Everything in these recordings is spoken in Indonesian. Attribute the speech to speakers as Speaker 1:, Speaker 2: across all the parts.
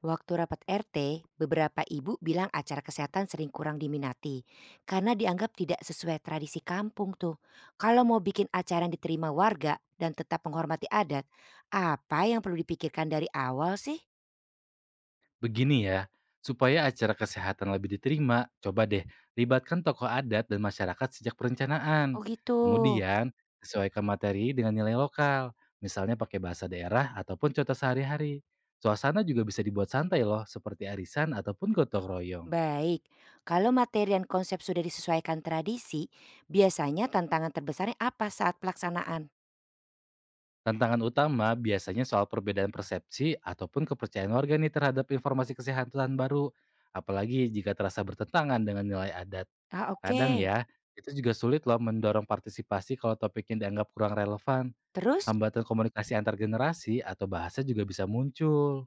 Speaker 1: Waktu rapat RT, beberapa ibu bilang acara kesehatan sering kurang diminati karena dianggap tidak sesuai tradisi kampung tuh. Kalau mau bikin acara yang diterima warga dan tetap menghormati adat, apa yang perlu dipikirkan dari awal sih?
Speaker 2: Begini ya, supaya acara kesehatan lebih diterima, coba deh libatkan tokoh adat dan masyarakat sejak perencanaan.
Speaker 1: Oh gitu.
Speaker 2: Kemudian, sesuaikan materi dengan nilai lokal, misalnya pakai bahasa daerah ataupun contoh sehari-hari. Suasana juga bisa dibuat santai loh, seperti arisan ataupun gotong royong.
Speaker 1: Baik, kalau materi dan konsep sudah disesuaikan tradisi, biasanya tantangan terbesarnya apa saat pelaksanaan?
Speaker 2: Tantangan utama biasanya soal perbedaan persepsi ataupun kepercayaan warga nih terhadap informasi kesehatan baru, apalagi jika terasa bertentangan dengan nilai adat.
Speaker 1: Ah
Speaker 2: Kadang
Speaker 1: oke,
Speaker 2: ya, itu juga sulit loh mendorong partisipasi kalau topiknya dianggap kurang relevan.
Speaker 1: terus?
Speaker 2: Hambatan komunikasi antar generasi atau bahasa juga bisa muncul.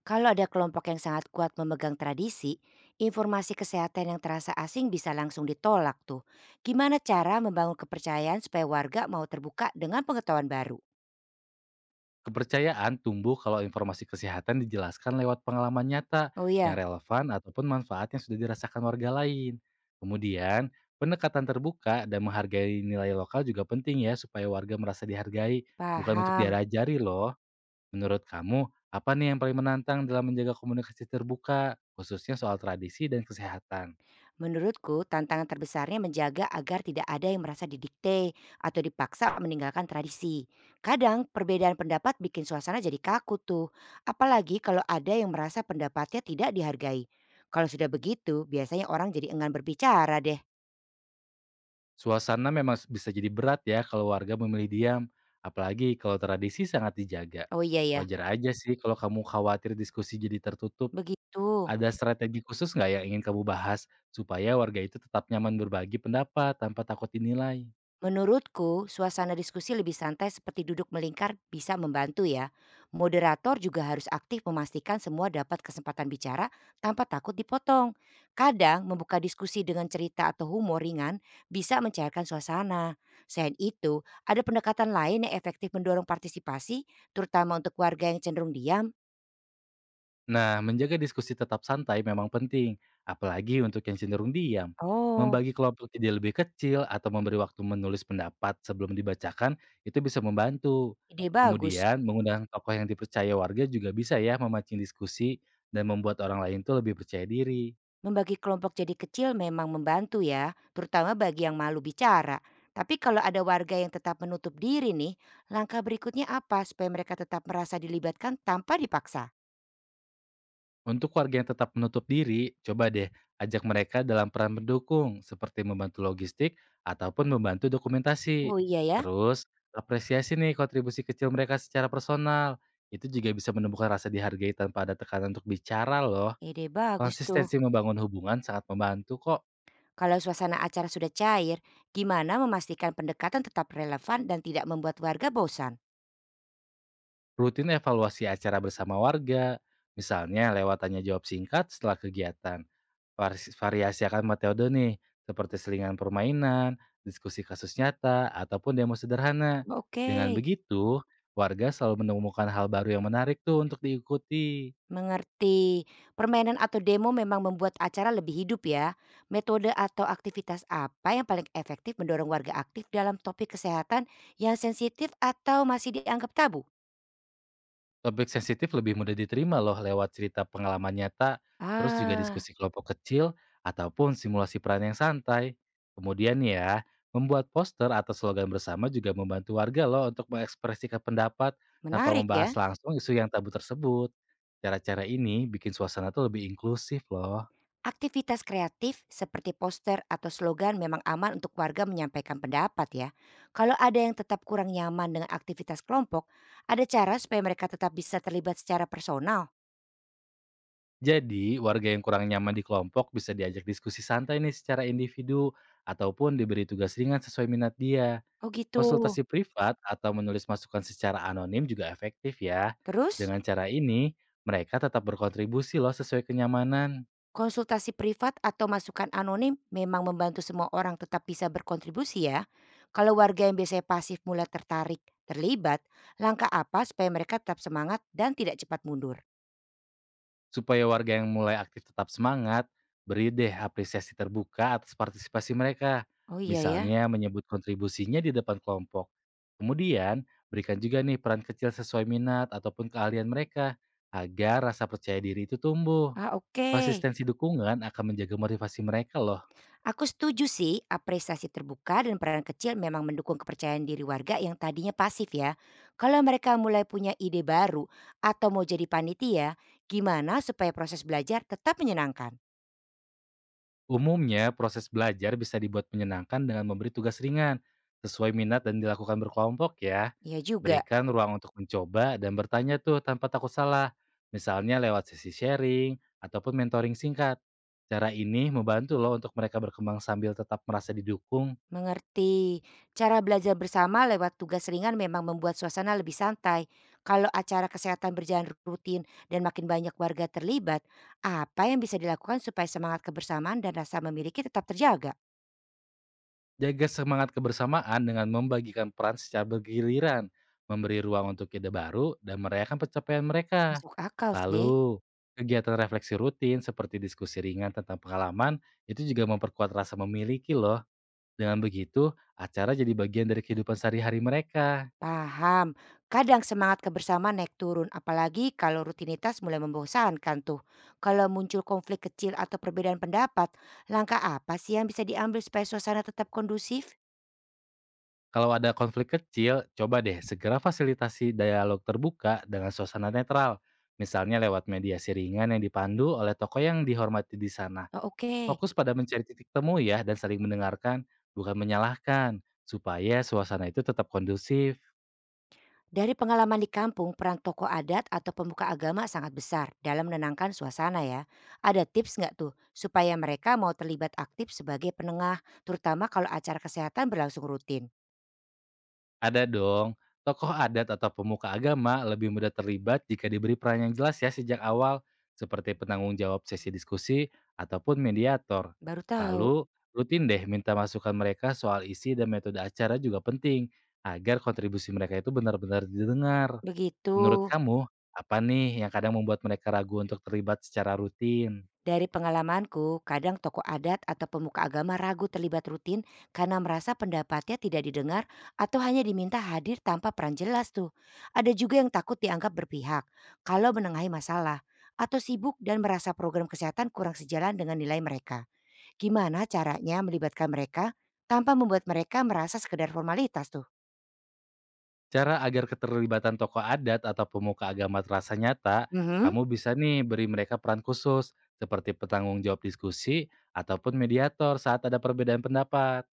Speaker 1: Kalau ada kelompok yang sangat kuat memegang tradisi, informasi kesehatan yang terasa asing bisa langsung ditolak tuh. Gimana cara membangun kepercayaan supaya warga mau terbuka dengan pengetahuan baru?
Speaker 2: Kepercayaan tumbuh kalau informasi kesehatan dijelaskan lewat pengalaman nyata
Speaker 1: Oh iya,
Speaker 2: yang relevan ataupun manfaat yang sudah dirasakan warga lain. Kemudian, pendekatan terbuka dan menghargai nilai lokal juga penting ya supaya warga merasa dihargai, bukan untuk
Speaker 1: paham.
Speaker 2: diajari loh. Menurut kamu, apa nih yang paling menantang dalam menjaga komunikasi terbuka, khususnya soal tradisi dan kesehatan?
Speaker 1: Menurutku tantangan terbesarnya menjaga agar tidak ada yang merasa didikte atau dipaksa meninggalkan tradisi. Kadang perbedaan pendapat bikin suasana jadi kaku tuh. Apalagi kalau ada yang merasa pendapatnya tidak dihargai. Kalau sudah begitu, biasanya orang jadi enggan berbicara deh.
Speaker 2: Suasana memang bisa jadi berat ya kalau warga memilih diam, apalagi kalau tradisi sangat dijaga.
Speaker 1: Oh iya ya,
Speaker 2: Wajar aja sih kalau kamu khawatir diskusi jadi tertutup.
Speaker 1: begitu.
Speaker 2: Ada strategi khusus nggak yang ingin kamu bahas supaya warga itu tetap nyaman berbagi pendapat tanpa takut dinilai?
Speaker 1: Menurutku, suasana diskusi lebih santai seperti duduk melingkar bisa membantu ya. Moderator juga harus aktif memastikan semua dapat kesempatan bicara tanpa takut dipotong. Kadang membuka diskusi dengan cerita atau humor ringan bisa mencairkan suasana. Selain itu, ada pendekatan lain yang efektif mendorong partisipasi, terutama untuk warga yang cenderung diam.
Speaker 2: Nah, menjaga diskusi tetap santai memang penting, apalagi untuk yang cenderung diam.
Speaker 1: Oh,
Speaker 2: Membagi kelompok ide lebih kecil atau memberi waktu menulis pendapat sebelum dibacakan itu bisa membantu.
Speaker 1: ide bagus.
Speaker 2: Kemudian, mengundang tokoh yang dipercaya warga juga bisa ya memancing diskusi dan membuat orang lain tuh lebih percaya diri.
Speaker 1: Membagi kelompok jadi kecil memang membantu ya, terutama bagi yang malu bicara. Tapi kalau ada warga yang tetap menutup diri nih, langkah berikutnya apa supaya mereka tetap merasa dilibatkan tanpa dipaksa?
Speaker 2: Untuk warga yang tetap menutup diri, coba deh ajak mereka dalam peran mendukung seperti membantu logistik ataupun membantu dokumentasi.
Speaker 1: Oh iya ya,
Speaker 2: Terus, apresiasi nih kontribusi kecil mereka secara personal. Itu juga bisa menumbuhkan rasa dihargai tanpa ada tekanan untuk bicara loh.
Speaker 1: ide bagus tuh.
Speaker 2: Konsistensi membangun hubungan sangat membantu kok.
Speaker 1: Kalau suasana acara sudah cair, gimana memastikan pendekatan tetap relevan dan tidak membuat warga bosan?
Speaker 2: Rutin evaluasi acara bersama warga, misalnya lewat tanya jawab singkat setelah kegiatan. Variasi akan metode nih, seperti selingan permainan, diskusi kasus nyata, ataupun demo sederhana.
Speaker 1: Oke.
Speaker 2: Dengan begitu, warga selalu menemukan hal baru yang menarik tuh untuk diikuti.
Speaker 1: Mengerti. Permainan atau demo memang membuat acara lebih hidup ya. Metode atau aktivitas apa yang paling efektif mendorong warga aktif dalam topik kesehatan yang sensitif atau masih dianggap tabu?
Speaker 2: Topik sensitif lebih mudah diterima loh lewat cerita pengalaman nyata, terus juga
Speaker 1: Ah,
Speaker 2: diskusi kelompok kecil, ataupun simulasi peran yang santai. Kemudian nih ya, membuat poster atau slogan bersama juga membantu warga loh untuk mengekspresikan pendapat tanpa
Speaker 1: menarik ya.
Speaker 2: membahas langsung isu yang tabu tersebut. Cara-cara ini bikin suasana tuh lebih inklusif loh.
Speaker 1: Aktivitas kreatif seperti poster atau slogan memang aman untuk warga menyampaikan pendapat ya. Kalau ada yang tetap kurang nyaman dengan aktivitas kelompok, ada cara supaya mereka tetap bisa terlibat secara personal.
Speaker 2: Jadi, warga yang kurang nyaman di kelompok bisa diajak diskusi santai nih secara individu, ataupun diberi tugas ringan sesuai minat dia.
Speaker 1: Oh gitu.
Speaker 2: Konsultasi privat atau menulis masukan secara anonim juga efektif ya.
Speaker 1: Terus?
Speaker 2: Dengan cara ini, mereka tetap berkontribusi loh sesuai kenyamanan.
Speaker 1: Konsultasi privat atau masukan anonim memang membantu semua orang tetap bisa berkontribusi ya. Kalau warga yang biasanya pasif mulai tertarik, terlibat, langkah apa supaya mereka tetap semangat dan tidak cepat mundur?
Speaker 2: Supaya warga yang mulai aktif tetap semangat, beri deh apresiasi terbuka atas partisipasi mereka.
Speaker 1: Oh iya ya.
Speaker 2: Misalnya menyebut kontribusinya di depan kelompok. Kemudian, berikan juga nih peran kecil sesuai minat ataupun keahlian mereka agar rasa percaya diri itu tumbuh.
Speaker 1: Ah oke.
Speaker 2: Konsistensi dukungan akan menjaga motivasi mereka loh.
Speaker 1: Aku setuju sih, apresiasi terbuka dan peran kecil memang mendukung kepercayaan diri warga yang tadinya pasif ya. Kalau mereka mulai punya ide baru atau mau jadi panitia, gimana supaya proses belajar tetap menyenangkan?
Speaker 2: Umumnya, proses belajar bisa dibuat menyenangkan dengan memberi tugas ringan, sesuai minat dan dilakukan berkelompok ya.
Speaker 1: Iya juga.
Speaker 2: Berikan ruang untuk mencoba dan bertanya tuh tanpa takut salah, misalnya lewat sesi sharing ataupun mentoring singkat. Cara ini membantu loh untuk mereka berkembang sambil tetap merasa didukung.
Speaker 1: Mengerti. Cara belajar bersama lewat tugas ringan memang membuat suasana lebih santai. Kalau acara kesehatan berjalan rutin dan makin banyak warga terlibat, apa yang bisa dilakukan supaya semangat kebersamaan dan rasa memiliki tetap terjaga?
Speaker 2: Jaga semangat kebersamaan dengan membagikan peran secara bergiliran, memberi ruang untuk ide baru, dan merayakan pencapaian mereka.
Speaker 1: Masuk akal sih.
Speaker 2: Lalu, kegiatan refleksi rutin seperti diskusi ringan tentang pengalaman itu juga memperkuat rasa memiliki loh. Dengan begitu, acara jadi bagian dari kehidupan sehari-hari mereka.
Speaker 1: Paham. Kadang semangat kebersamaan naik turun, apalagi kalau rutinitas mulai membosankan tuh. Kalau muncul konflik kecil atau perbedaan pendapat, langkah apa sih yang bisa diambil supaya suasana tetap kondusif?
Speaker 2: Kalau ada konflik kecil, coba deh segera fasilitasi dialog terbuka dengan suasana netral. Misalnya lewat mediasi ringan yang dipandu oleh tokoh yang dihormati di sana.
Speaker 1: Oh, oke.
Speaker 2: Fokus pada mencari titik temu ya dan saling mendengarkan, bukan menyalahkan, supaya suasana itu tetap kondusif.
Speaker 1: Dari pengalaman di kampung, peran tokoh adat atau pembuka agama sangat besar dalam menenangkan suasana ya. Ada tips nggak tuh supaya mereka mau terlibat aktif sebagai penengah, terutama kalau acara kesehatan berlangsung rutin?
Speaker 2: Ada dong, tokoh adat atau pemuka agama lebih mudah terlibat jika diberi peran yang jelas ya sejak awal, seperti penanggung jawab sesi diskusi ataupun mediator.
Speaker 1: Baru tahu,
Speaker 2: Lalu, rutin deh minta masukan mereka soal isi dan metode acara juga penting, agar kontribusi mereka itu benar-benar didengar.
Speaker 1: begitu.
Speaker 2: Menurut kamu, apa nih yang kadang membuat mereka ragu untuk terlibat secara rutin?
Speaker 1: Dari pengalamanku, kadang tokoh adat atau pemuka agama ragu terlibat rutin karena merasa pendapatnya tidak didengar atau hanya diminta hadir tanpa peran jelas tuh. Ada juga yang takut dianggap berpihak kalau menengahi masalah atau sibuk dan merasa program kesehatan kurang sejalan dengan nilai mereka. Gimana caranya melibatkan mereka tanpa membuat mereka merasa sekedar formalitas tuh?
Speaker 2: Cara agar keterlibatan tokoh adat atau pemuka agama terasa nyata,
Speaker 1: Mhm.
Speaker 2: kamu bisa nih beri mereka peran khusus, seperti petanggung jawab diskusi ataupun mediator saat ada perbedaan pendapat.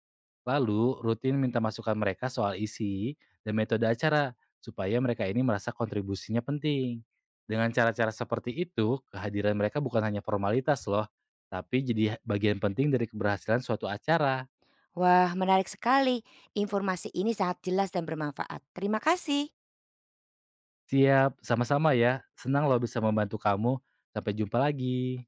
Speaker 2: Lalu, rutin minta masukan mereka soal isi dan metode acara, supaya mereka ini merasa kontribusinya penting. Dengan cara-cara seperti itu, kehadiran mereka bukan hanya formalitas loh, tapi jadi bagian penting dari keberhasilan suatu acara.
Speaker 1: Wah, menarik sekali. Informasi ini sangat jelas dan bermanfaat. Terima kasih.
Speaker 2: Siap, sama-sama ya. Senang loh bisa membantu kamu. Sampai jumpa lagi.